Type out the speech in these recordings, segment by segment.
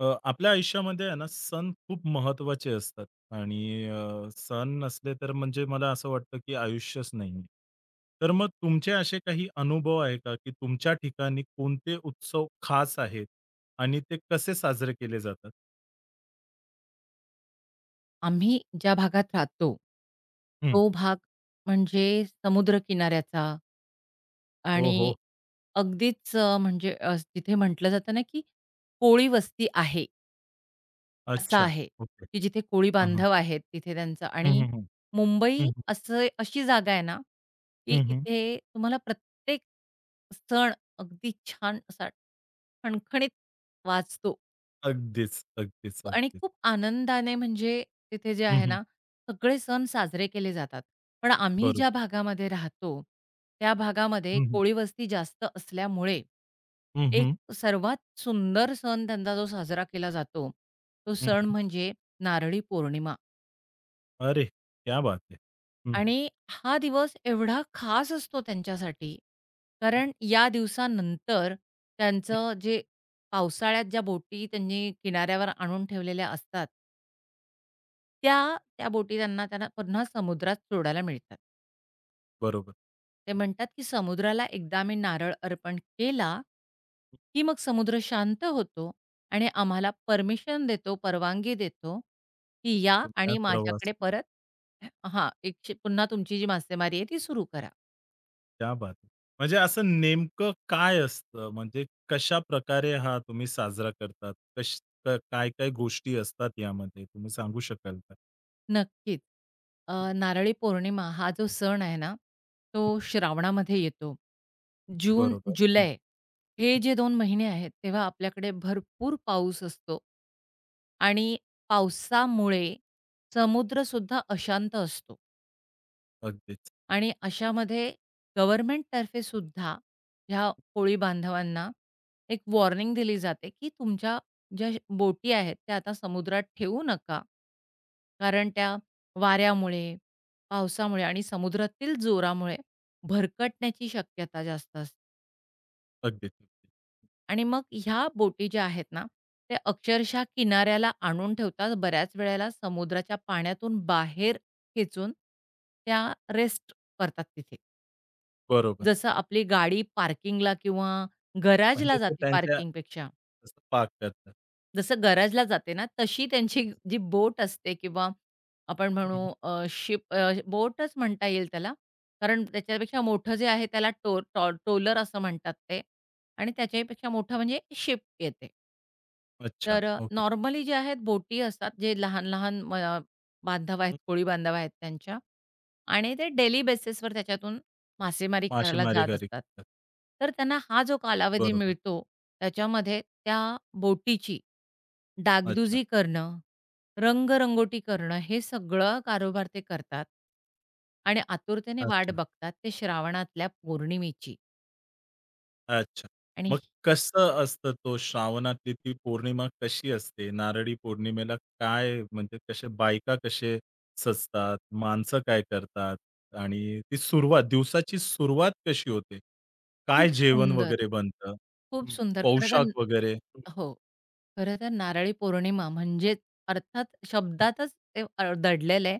आपल्या आयुष्यामध्ये आहे ना सण खूप महत्त्वाचे असतात आणि सण नसले तर म्हणजे मला असं वाटतं की आयुष्यच नाहीये. तर मग तुमचे असे काही अनुभव आहे का, की तुमच्या ठिकाणी कोणते उत्सव खास आहेत आणि ते कसे साजरे केले जातात? आम्ही ज्या भागात राहतो, हं. तो भाग म्हणजे समुद्रकिनाऱ्याचा हो, हो. आणि अगदीच म्हणजे तिथे म्हटलं जातं ना, की कोळी वस्ती आहे, असा अच्छा. आहे, ओके. की जिथे कोळी हां, बांधव आहेत तिथे त्यांचं हं, आणि हं, हं. हं, मुंबई हं. असं अशी जागा आहे ना, की हं, हं. इथे तुम्हाला प्रत्येक सण अगदी छान असा खणखणीत वाजतो. अगदीच, अगदीच, आणि अगदीच. खूप आनंदाने म्हणजे तिथे जे हं, आहे हं. ना, सगळे सण साजरे केले जातात. पण आम्ही ज्या बरोबर. भागामध्ये राहतो, त्या भागामध्ये हं, हं. कोळी वस्ती जास्त असल्यामुळे, हं, एक हं. सर्वात सुंदर सण त्यांचा जो साजरा केला जातो, तो हं, सण हं. म्हणजे नारळी पौर्णिमा. अरे, क्या बात है! हं, हं. आणि हा दिवस एवढा खास असतो त्यांच्यासाठी, हं, कारण या दिवसानंतर हं. त्यांचं जे पावसाळ्यात ज्या बोटी त्यांनी किनाऱ्यावर आणून ठेवलेल्या असतात त्या बोटी त्यांना त्यांना पुन्हा समुद्रात सोडायला मिळतात. बरोबर. ते म्हणतात, की समुद्राला एकदा मी नारळ अर्पण केला, की मग समुद्र शांत होतो आणि आम्हाला परमिशन देतो, परवानगी देतो, की या तुम्ही आज आणि प्रवास माझ्याकडे केला. परत हां, एकशे पुन्हा तुमची जी मासेमारी आहे ती सुरू करा. क्या बात है! म्हणजे असं नेमकं काय असतं? म्हणजे कशाप्रकारे हा तुम्ही साजरा करतात? कश काय, काय गोष्टी असतात यामध्ये? तुम्ही सांगू शकाल का? नक्कीच. हं, नारळी पौर्णिमा हा जो सण आहे ना, तो श्रावणामध्ये येतो. जून, बरोबर. हं, जुलै हे जे 2 महिने आहेत, तेव्हा आपल्याकडे भरपूर पाऊस असतो. आणि पावसामुळे समुद्रसुद्धा अशांत असतो. अगदीच, आणि अशामध्ये गव्हर्नमेंटतर्फे सुद्धा ह्या कोळी बांधवांना एक वॉर्निंग दिली जाते, की तुमच्या बोटी आहेत त्या आता समुद्रात ठेवू नका. कारण त्या वाऱ्यामुळे, पावसामुळे आणि समुद्रातील जोरामुळे भरकटण्याची शक्यता जास्त असते. अगदीच, अगदीच. आणि मग ह्या बोटी ज्या आहेत ना, त्या अक्षरशः किनाऱ्याला आणून ठेवतात. बऱ्याच वेळेला समुद्राच्या पाण्यातून बाहेर खेचून त्या रेस्ट करतात तिथे. बरोबर. जसं आपली गाडी पार्किंगला किंवा म्हणजे गराजला ते जाते त्यांच्या पार्किंगपेक्षा. असं पाक करतात. जसं गराजला जाते ना, तशी त्यांची जी बोट असते किंवा आपण हं, म्हणू शिप बोटच म्हणता येईल त्याला. कारण त्याच्यापेक्षा मोठं जे आहे त्याला टो टॉ ट्रोलर असं म्हणतात ते आणि त्याच्याहीपेक्षा मोठं म्हणजे शिप येते. अच्छा. तर ओके. नॉर्मली जे आहेत बोटी असतात, जे लहान-लहान बांधव आहेत, हं, कोळी बांधव आहेत त्यांच्या आणि ते डेली बेसिसवर त्याच्यातून मासेमारी करायला मासेमारी जात घरी असतात. करतात. तर त्यांना हा जो कालावधी बरोबर. मिळतो, त्याच्यामध्ये त्या बोटीची अच्छा, डागडुजी करणं, रंगरंगोटी करणं हे सगळं कारोबार ते करतात आणि आतुरतेने वाट अच्छा. बघतात ते श्रावणातल्या पौर्णिमेची अच्छा. आणि मग कसं असतं तो श्रावणातली ती पौर्णिमा कशी असते? नारळी पौर्णिमेला काय म्हणजे कसे बायका कसे सजतात? माणसं काय करतात? आणि ती सुरुवात दिवसाची सुरुवात कशी होते? काय खूप जेवण सुंदर. वगैरे बनतं? खूप हं. सुंदर. खरं पोशाख वगैरे? हं, तर हो. खरं तर नारळी पौर्णिमा म्हणजे अर्थात हं. शब्दातच ते दडलेलं आहे.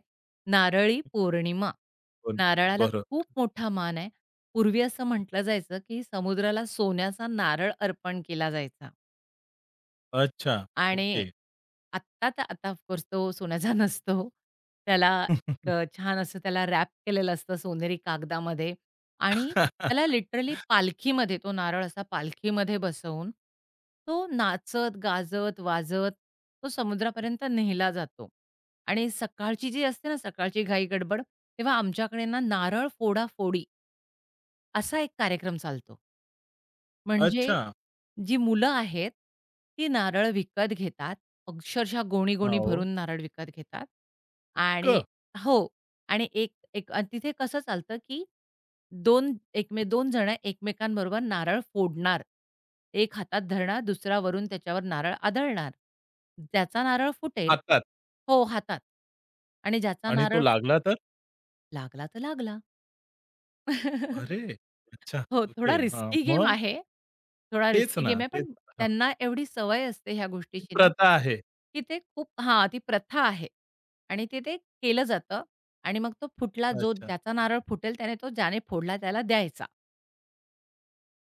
नारळी पौर्णिमा. पण नारळाला बरं. खूप मोठा मान आहे. पूर्वी असं म्हटलं जायचं, की समुद्राला सोन्याचा नारळ अर्पण केला जायचा. अच्छा. आणि ओके. आत्ता तर आता ऑफ तो सोन्याचा नसतो. त्याला एक छान असं त्याला रॅप केलेलं असतं सोनेरी कागदामध्ये आणि त्याला लिटरली पालखीमध्ये तो नारळ असा पालखीमध्ये बसवून तो नाचत, गाजत, वाजत तो समुद्रापर्यंत नेला जातो. आणि सकाळची घाई-गडबड तेव्हा आमच्याकडे ना नारळ फोडा असा एक कार्यक्रम चालतो. म्हणजे अच्छा. जी मुलं आहेत, ती नारळ विकत घेतात. अक्षरशः गोणी-गोणी हो भरून नारळ विकत घेतात आणि का? हो. आणि एक एक आणि तिथे कसं चालतं, की दोन एकमे 2 जण एकमेकांबरोबर नारळ फोडणार. एक हातात धरणार, दुसरा वरून त्याच्यावर नारळ आदळणार. ज्याचा नारळ फुटेल हातात हो, हातात. आणि ज्याचा आणि तो नारळ लागला तर? लागला तर लागला. अरे! अच्छा. हो, ओके. थोडा हां. रिस्की गेम मग आहे. थोडा तेच रिस्की ना. गेम आहे, तेच. पण त्यांना एवढी सवय असते ह्या ही गोष्टीची ना, प्रथा आहे. की ते खूप हां, ती प्रथा आहे आणि ते ते केलं जातं आणि मग तो फुटला जो अच्छा. ज्याचा नारळ फुटेल त्याने तो ज्याने फोडला त्याला द्यायचा.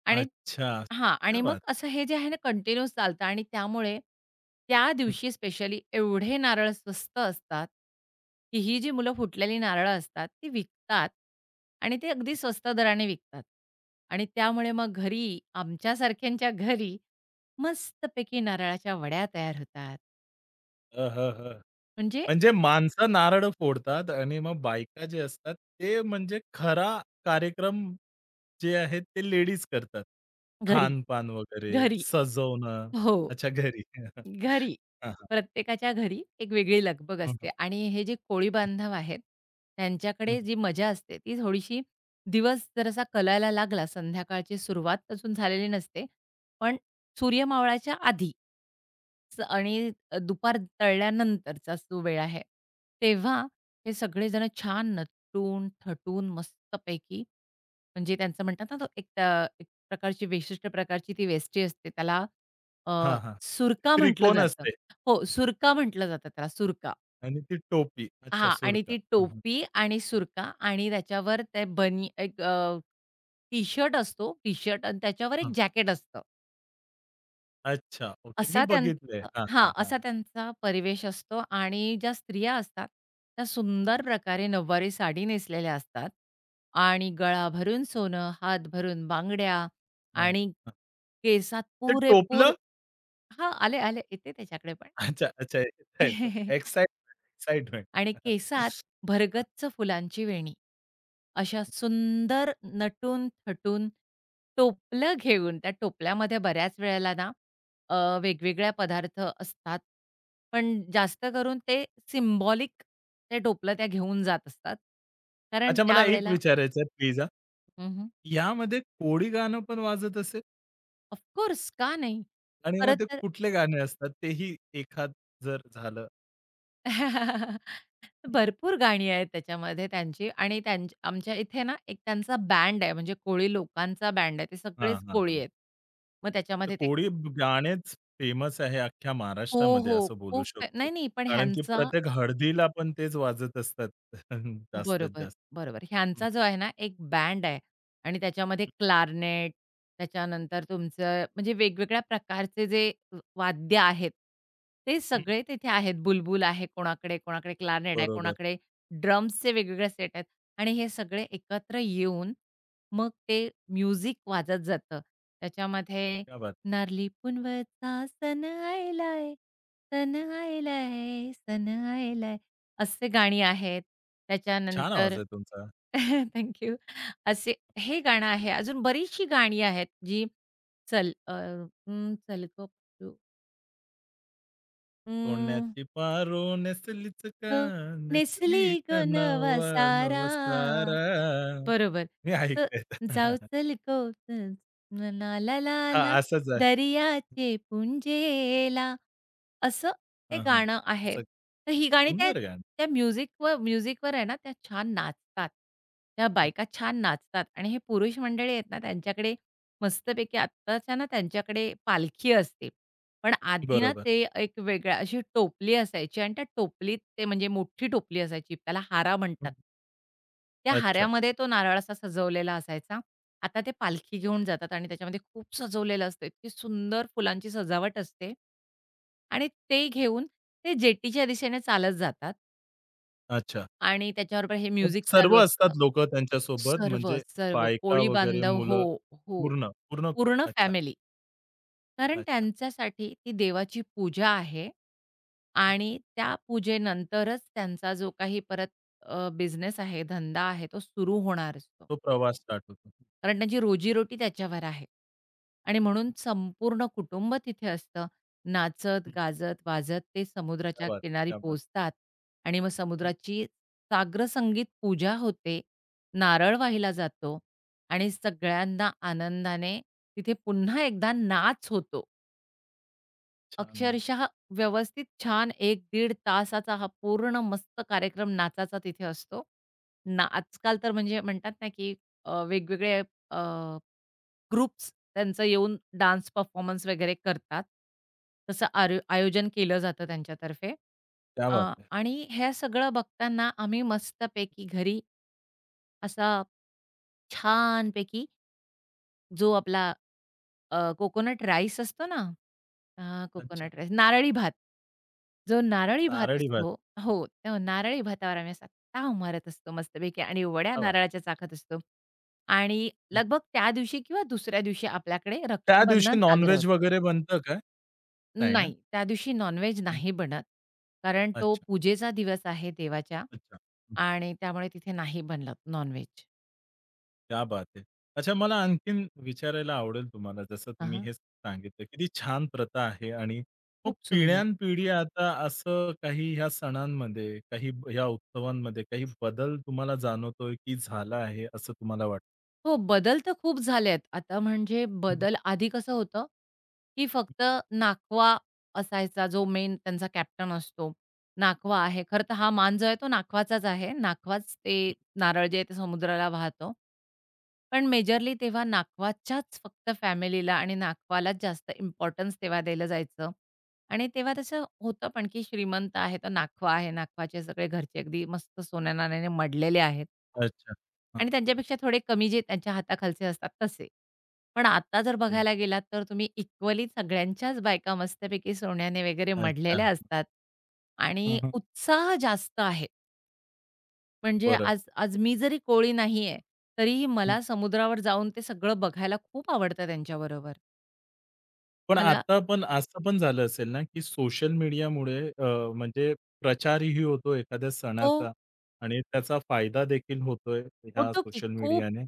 आणि अच्छा. हां. क्या आणि मग बात है! असं हे जे आहे ना कंटिन्यूअस चालतं आणि त्यामुळे त्या दिवशी स्पेशली एवढे नारळ स्वस्त असतात, की ही जी मुलं फुटलेली नारळं असतात ती विकतात आणि ते अगदी स्वस्त दराने विकतात. आणि त्यामुळे मग घरी आमच्यासारख्यांच्या घरी मस्तपैकी नारळाच्या वड्या तयार होतात. हं, हं, हं. म्हणजे म्हणजे माणसं नारळ फोडतात आणि मग बायका जे असतात ते म्हणजे खरा कार्यक्रम जे आहे ते लेडीज करतात. घरी, खानपान वगैरे, घरी. सजवणं. हो. अच्छा घरी. घरी. हां, हां. प्रत्येकाच्या घरी एक वेगळी लगबग हं, हं. असते आणि हे जे कोळी बांधव आहेत, हं, त्यांच्याकडे हं. जी मजा असते ती थोडीशी दिवस जरासा कलायला लागला, संध्याकाळची सुरुवात अजून झालेली नसते, पण सूर्य मावळायच्या आधी दुपार तळल्यानंतरचा जो वेळ आहे, तेव्हा हे सगळेजण छान नटून, थटून मस्तपैकी म्हणजे त्यांचं म्हणतात ना, तो एक एक प्रकारची विशिष्ट प्रकारची ती वेस्टी असते. त्याला हां, सुरका म्हटलं त्रिकोण जातं. असते हो, सुरका म्हटलं जातं त्याला, सुरका. आणि ती टोपी. अच्छा हां आणि सुरका. ती हं, हं. टोपी आणि सुरका आणि त्याच्यावर ते बनी एक टी-शर्ट असतो, टी-शर्ट आणि त्याच्यावर एक हं. जॅकेट असतं. अच्छा. ओके. मी असा बघितलंय. त्यांचा हां, हां, हां, हां, असा हां. त्यांचा परिवेश असतो आणि ज्या स्त्रिया असतात, त्या सुंदर प्रकारे नऊवारी साडी नेसलेल्या असतात आणि गळा भरून सोनं, हात भरून बांगड्या हं, आणि केसात ते पुरेपूर टोपलं? हां, आले. येते त्याच्याकडे पण. अच्छा, अच्छा. Excite excitement, excitement. आणि हां. केसात भरगच्च फुलांची वेणी. अशा सुंदर नटून-थटून टोपलं घेऊन त्या टोपल्यामध्ये बऱ्याच वेळेला ना वेगवेगळ्या पदार्थ असतात. पण जास्त करून ते सिम्बॉलिक ते टोपलं त्या घेऊन जात असतात. कारण अच्छा, मला एक त्यावेळेला विचारायचं आहे प्लीज हां. हं, हं. यामध्ये कोळी गाणं पण वाजत असेल का नाही? आणि खरं मग ते तर कुठले गाणे असतात तेही एखाद जर झालं? भरपूर गाणी आहेत त्याच्यामध्ये त्यांची आणि त्यां आमच्या इथे ना एक त्यांचा बँड आहे, म्हणजे कोळी लोकांचा बँड आहे. ते हां, सगळेच हां, कोळी हां. आहेत. मग तर त्याच्यामध्ये ते कोळी गाणेच फेमस आहे अख्ख्या हो, महाराष्ट्रामध्ये हो. असं बोलू खूप शकतो. नाही, नाही. पण कारण की ह्यांचा प्रत्येक हळदीला पण तेच वाजत असतात जास्तीत बरोबर, जास्त. बरोबर. हं, ह्यांचा जो आहे ना, एक बँड आहे आणि त्याच्यामध्ये क्लारनेट, त्याच्यानंतर तुमचं म्हणजे वेगवेगळ्या प्रकारचे जे वाद्य आहेत, ते हं. सगळे तिथे आहेत. बुलबुल आहे कोणाकडे, कोणाकडे क्लारनेट आहे, बरोबर. कोणाकडे ड्रम्सचे वेगवेगळे सेट आहेत आणि हे सगळे एकत्र येऊन मग ते म्युझिक वाजत जातं. त्याच्यामध्ये क्या बात नारली पुनवचा सन आयलाय, सन आयलाय, सन आयलाय. असे गाणी आहेत. छान आवाज त्याच्यानंतर आहे तुमचा. Thank you. असे हे गाणं आहे. अजून बरीचशी गाणी आहेत जी चल अ, चल गं पिल्लू, उं, सोन्याची पारो नेसलीच का, अ, नेसली नेसली ग का नवा नवा सारा. नवा सारा. बरोबर. हे अ, ऐकलंय. जाऊ चल गं, ला, ला, ला, हां, ला, असंच आहे. दर्याचे पुंजेला. असं ते हां, हां. गाणं आहे. असं तर ही गाणी त्या सुंदर गाणं. त्या म्युझिकवर म्युझिकवर आहे ना, त्या छान नाचतात. त्या हं, बायका छान नाचतात आणि हे पुरुष मंडळी आहेत ना, त्यांच्याकडे मस्तपैकी आत्ताच्या ना, त्यांच्याकडे पालखी असते. पण आधी ना, बरोबर. ते एक वेगळ्या अशी टोपली असायची आणि त्या टोपलीत ते म्हणजे मोठी टोपली असायची. त्याला हारा म्हणतात. हं. त्या अच्छा, हाऱ्यामध्ये तो नारळ असा सजवलेला असायचा. आता ते पालखी घेऊन जातात आणि त्याच्यामध्ये खूप सजवलेलं असतं. इतकी सुंदर फुलांची सजावट असते आणि ते घेऊन ते जेटीच्या दिशेने चालत जातात अच्छा. आणि त्याच्याबरोबर हे मग म्युझिक सर्व चालू असतं. असतात लोकं त्यांच्यासोबत म्हणजे सर्व बायका कोळी वगैरे, बांधव हो, मुलं हो. पूर्ण, पूर्ण पूर्ण अच्छा, फॅमिली. कारण अच्छा. त्यांच्यासाठी ती देवाची पूजा आहे हं. आणि त्या पूजेनंतरच त्यांचा जो काही परत बिझनेस आहे, धंदा आहे तो सुरू होणार असतो. तो प्रवास स्टार्ट होतो. कारण त्यांची रोजीरोटी त्याच्यावर आहे. आणि म्हणून संपूर्ण कुटुंब तिथे असतं. नाचत, हं, गाजत, वाजत ते क्या समुद्राच्या बात है! किनारी क्या बात है! पोहोचतात आणि मग हं, समुद्राची साग्रसंगीत पूजा होते. नारळ वाहिला जातो आणि सगळ्यांना आनंदाने तिथे पुन्हा एकदा नाच होतो. छान. अक्षरशः व्यवस्थित छान 1-1.5 तासाचा हा पूर्ण मस्त कार्यक्रम नाचाचा तिथे असतो. ना आजकाल तर म्हणजे म्हणतात ना, की वेगवेगळे ग्रुप्स त्यांचं येऊन डान्स परफॉर्मन्स वगैरे करतात. तसं आयोजन केलं जातं त्यांच्यातर्फे. क्या अ, बात है! आणि हे सगळं बघताना आम्ही मस्तपैकी घरी असा छानपैकी जो आपला कोकोनट राईस असतो ना, अ, अच्छा. कोकोनट राईस, नारळी भात. जो नारळी भात नारळी भात. असतो हो, तो नारळी भातावर आम्ही असा ताव मारत असतो मस्तपैकी आणि वड्या क्या बात नारळाच्या चाखत असतो. आणि लगभग त्या दिवशी किंवा दुसऱ्या दिवशी आपल्याकडे त्या दिवशी रक्षाबंधन साजरं नॉन-व्हेज होतं. वगैरे बनतं का? नाही ना? नाही, त्या दिवशी नॉन-व्हेज नाही बनत. कारण तो अच्छा, पूजेचा दिवस आहे देवाच्या अच्छा. हं, आणि त्यामुळे तिथे नाही बनलं नॉन-व्हेज. क्या बात है! अच्छा मला आणखीन विचारायला आवडेल तुम्हाला जसं तुम्ही अहं, हे सांगितलं, किती छान प्रथा आहे आणि मग खूप सुंदर. पिढ्यानपिढी आता असं काही ह्या सणांमध्ये, काही ह्या उत्सवांमध्ये काही बदल तुम्हाला जाणवतोय, की झाला आहे असं तुम्हाला वाटतं? हो, बदल तर खूप झालेत. आता म्हणजे बदल आधी कसं होतं, की फक्त नाकवा असायचा जो मेन त्यांचा कॅप्टन असतो. नाकवा आहे. खरं तर हा मान जो आहे तो नाकवाचाच आहे. नाकवाच ते नारळ जे आहे ते समुद्राला वाहतो. पण मेजरली तेव्हा नाकवाच्याच फक्त फॅमिलीला आणि नाकवालाच जास्त इम्पोर्टन्स तेव्हा दिलं जायचं. आणि तेव्हा तसं होतं पण, की श्रीमंत आहे तर नाखवा आहे, नाखवाचे सगळे घरचे अगदी मस्त सोन्या-नाण्याने मढलेले आहेत. अच्छा. हां, आणि हां. त्यांच्यापेक्षा थोडे कमी जे त्यांच्या हाताखालचे असतात तसे. पण आता जर ते बघायला गेलात तर तुम्ही इक्वली सगळ्यांच्याच बायका मस्तपैकी सोन्याने वगैरे अच्छा. मढलेल्या असतात हां, आणि हां. उत्साह जास्त आहे. म्हणजे बरं. आज आज मी जरी कोळी नाहीये, तरीही मला समुद्रावर जाऊन ते सगळं बघायला खूप आवडतं त्यांच्याबरोबर. पण मला आता पण असं पण झालं असेल ना, की सोशल मीडियामुळे म्हणजे प्रचारही होतो एखाद्या हो, सणाचा आणि त्याचा फायदा देखील होतोय ह्या होतो की सोशल खूप. मीडियाने.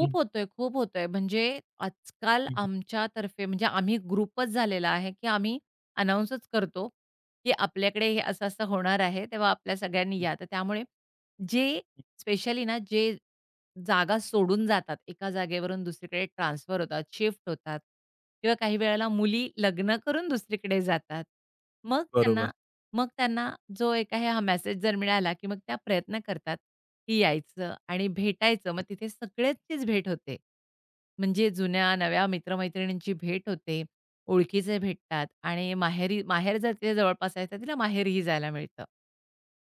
हं, होतोय, खूप होतोय. म्हणजे आजकाल हं, हं, आमच्यातर्फे म्हणजे आम्ही ग्रुपच झालेला आहे, की आम्ही अनाउन्सच करतो, की आपल्याकडे हे असं-असं होणार आहे, तेव्हा आपल्या सगळ्यांनी हं, या. तर त्यामुळे जे स्पेशली ना, जे जागा सोडून जातात, एका जागेवरून दुसरीकडे ट्रान्सफर होतात, शिफ्ट होतात किंवा काही वेळेला मुली लग्न करून दुसरीकडे जातात. मग बरोबर. त्यांना मग त्यांना जो एक आहे हा मेसेज जर मिळाला, की मग त्या प्रयत्न करतात, की यायचं आणि भेटायचं. मग तिथे सगळ्यांचीच भेट होते. म्हणजे जुन्या-नव्या मित्र-मैत्रिणींची भेट होते, ओळखीचे भेटतात आणि माहेर जर तिथे जवळपास आहे, तर तिला माहेरीही जायला मिळतं.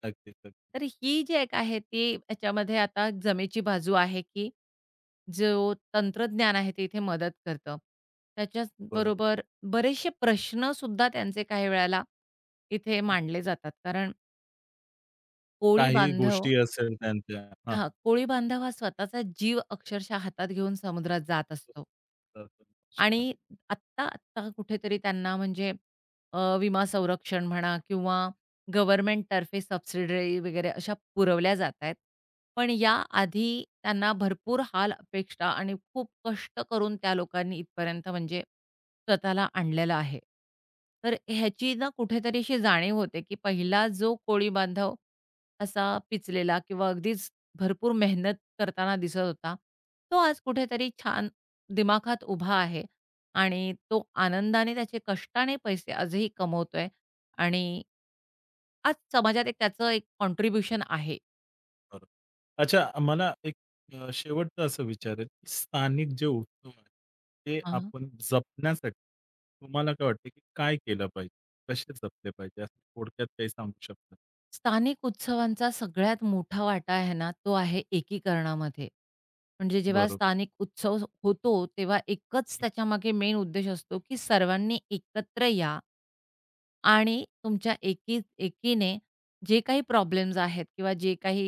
अगदी, अगदी तर ही जी एक आहे ती याच्यामध्ये आता जमेची बाजू आहे, की जो तंत्रज्ञान आहे ते इथे मदत करतं. बरोबर. त्याच्याचबरोबर बरेचसे प्रश्नसुद्धा त्यांचे काही वेळेला इथे मांडले जातात. कारण कोळी काही बांधव, गोष्टी असेल त्यांच्या. हां, हां, कोळी बांधव हा स्वतःचा जीव अक्षरशः हातात घेऊन समुद्रात जात असतो. आणि हां. आत्ता कुठेतरी त्यांना म्हणजे विमा संरक्षण म्हणा किंवा गव्हर्नमेंट तर्फे सबसिडी वगैरे अशा पुरवल्या जात आहेत. पण या आधी त्यांना भरपूर हाल, अपेक्षा आणि खूप कष्ट करून त्या लोकांनी इथपर्यंत म्हणजे स्वतःला आणलेलं आहे. तर ह्याची ना कुठेतरी अशी जाणीव होते, की पहिला जो कोळी बांधव असा पिचलेला किंवा अगदीच भरपूर मेहनत करताना दिसत होता. तो आज कुठेतरी छान दिमाखात उभा आहे आणि तो आनंदाने त्याचे कष्टाने पैसे आजही कमवतोय आणि आज समाजात त्याचं एक कॉन्ट्रिब्युशन आहे. बरोबर. अच्छा मला एक शेवटचं असं विचारेल, की स्थानिक जे उत्सव आहेत, ते आपण जपण्यासाठी तुम्हाला काय वाटतं, की काय केलं पाहिजे? कसे जपले पाहिजे? असं थोडक्यात काही सांगू शकता? स्थानिक उत्सवांचा सगळ्यात मोठा वाटा आहे ना, तो आहे एकीकरणामध्ये. म्हणजे जेव्हा बरोबर. स्थानिक उत्सव होतो, तेव्हा एकच त्याच्यामागे मेन उद्देश असतो, की सर्वांनी एकत्र या आणि तुमच्या एकी एकीने जे काही प्रॉब्लेम्स आहेत किंवा जे काही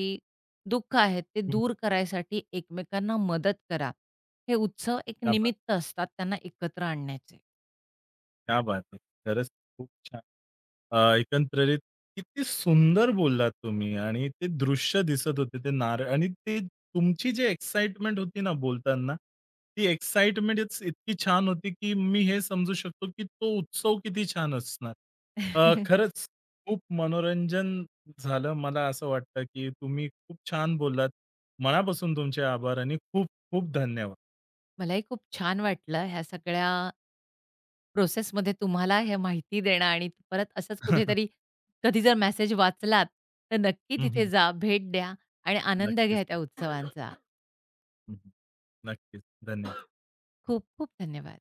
दुःख आहेत, ते हं. दूर करायसाठी एकमेकांना मदत करा. हे उत्सव एक क्या बात निमित्त है! असतात त्यांना एकत्र आणण्याचे. क्या बात है! खरंच खूप छान. एकंदरीत किती सुंदर बोललात तुम्ही आणि ते दृश्य दिसत होते ते नारळ आणि ते तुमची जी एक्साइटमेंट होती ना बोलताना, ती एक्साइटमेंटच इतकी छान होती, की मी हे समजू शकतो, की तो उत्सव किती छान असणार. खरंच खूप मनोरंजन झालं. मला असं वाटतं, की तुम्ही खूप छान बोललात. मनापासून तुमचे आभार आणि खूप खूप धन्यवाद. मलाही खूप छान वाटलं ह्या सगळ्या प्रोसेसमध्ये तुम्हाला हे माहिती देणं आणि परत असंच कुठेतरी कधी जर मेसेज वाचलात, तर नक्की हं, तिथे हं. जा, भेट द्या आणि आनंद घ्या नक्कीच. त्या उत्सवांचा. हं, हं. नक्कीच. धन्यवाद. खूप खूप धन्यवाद.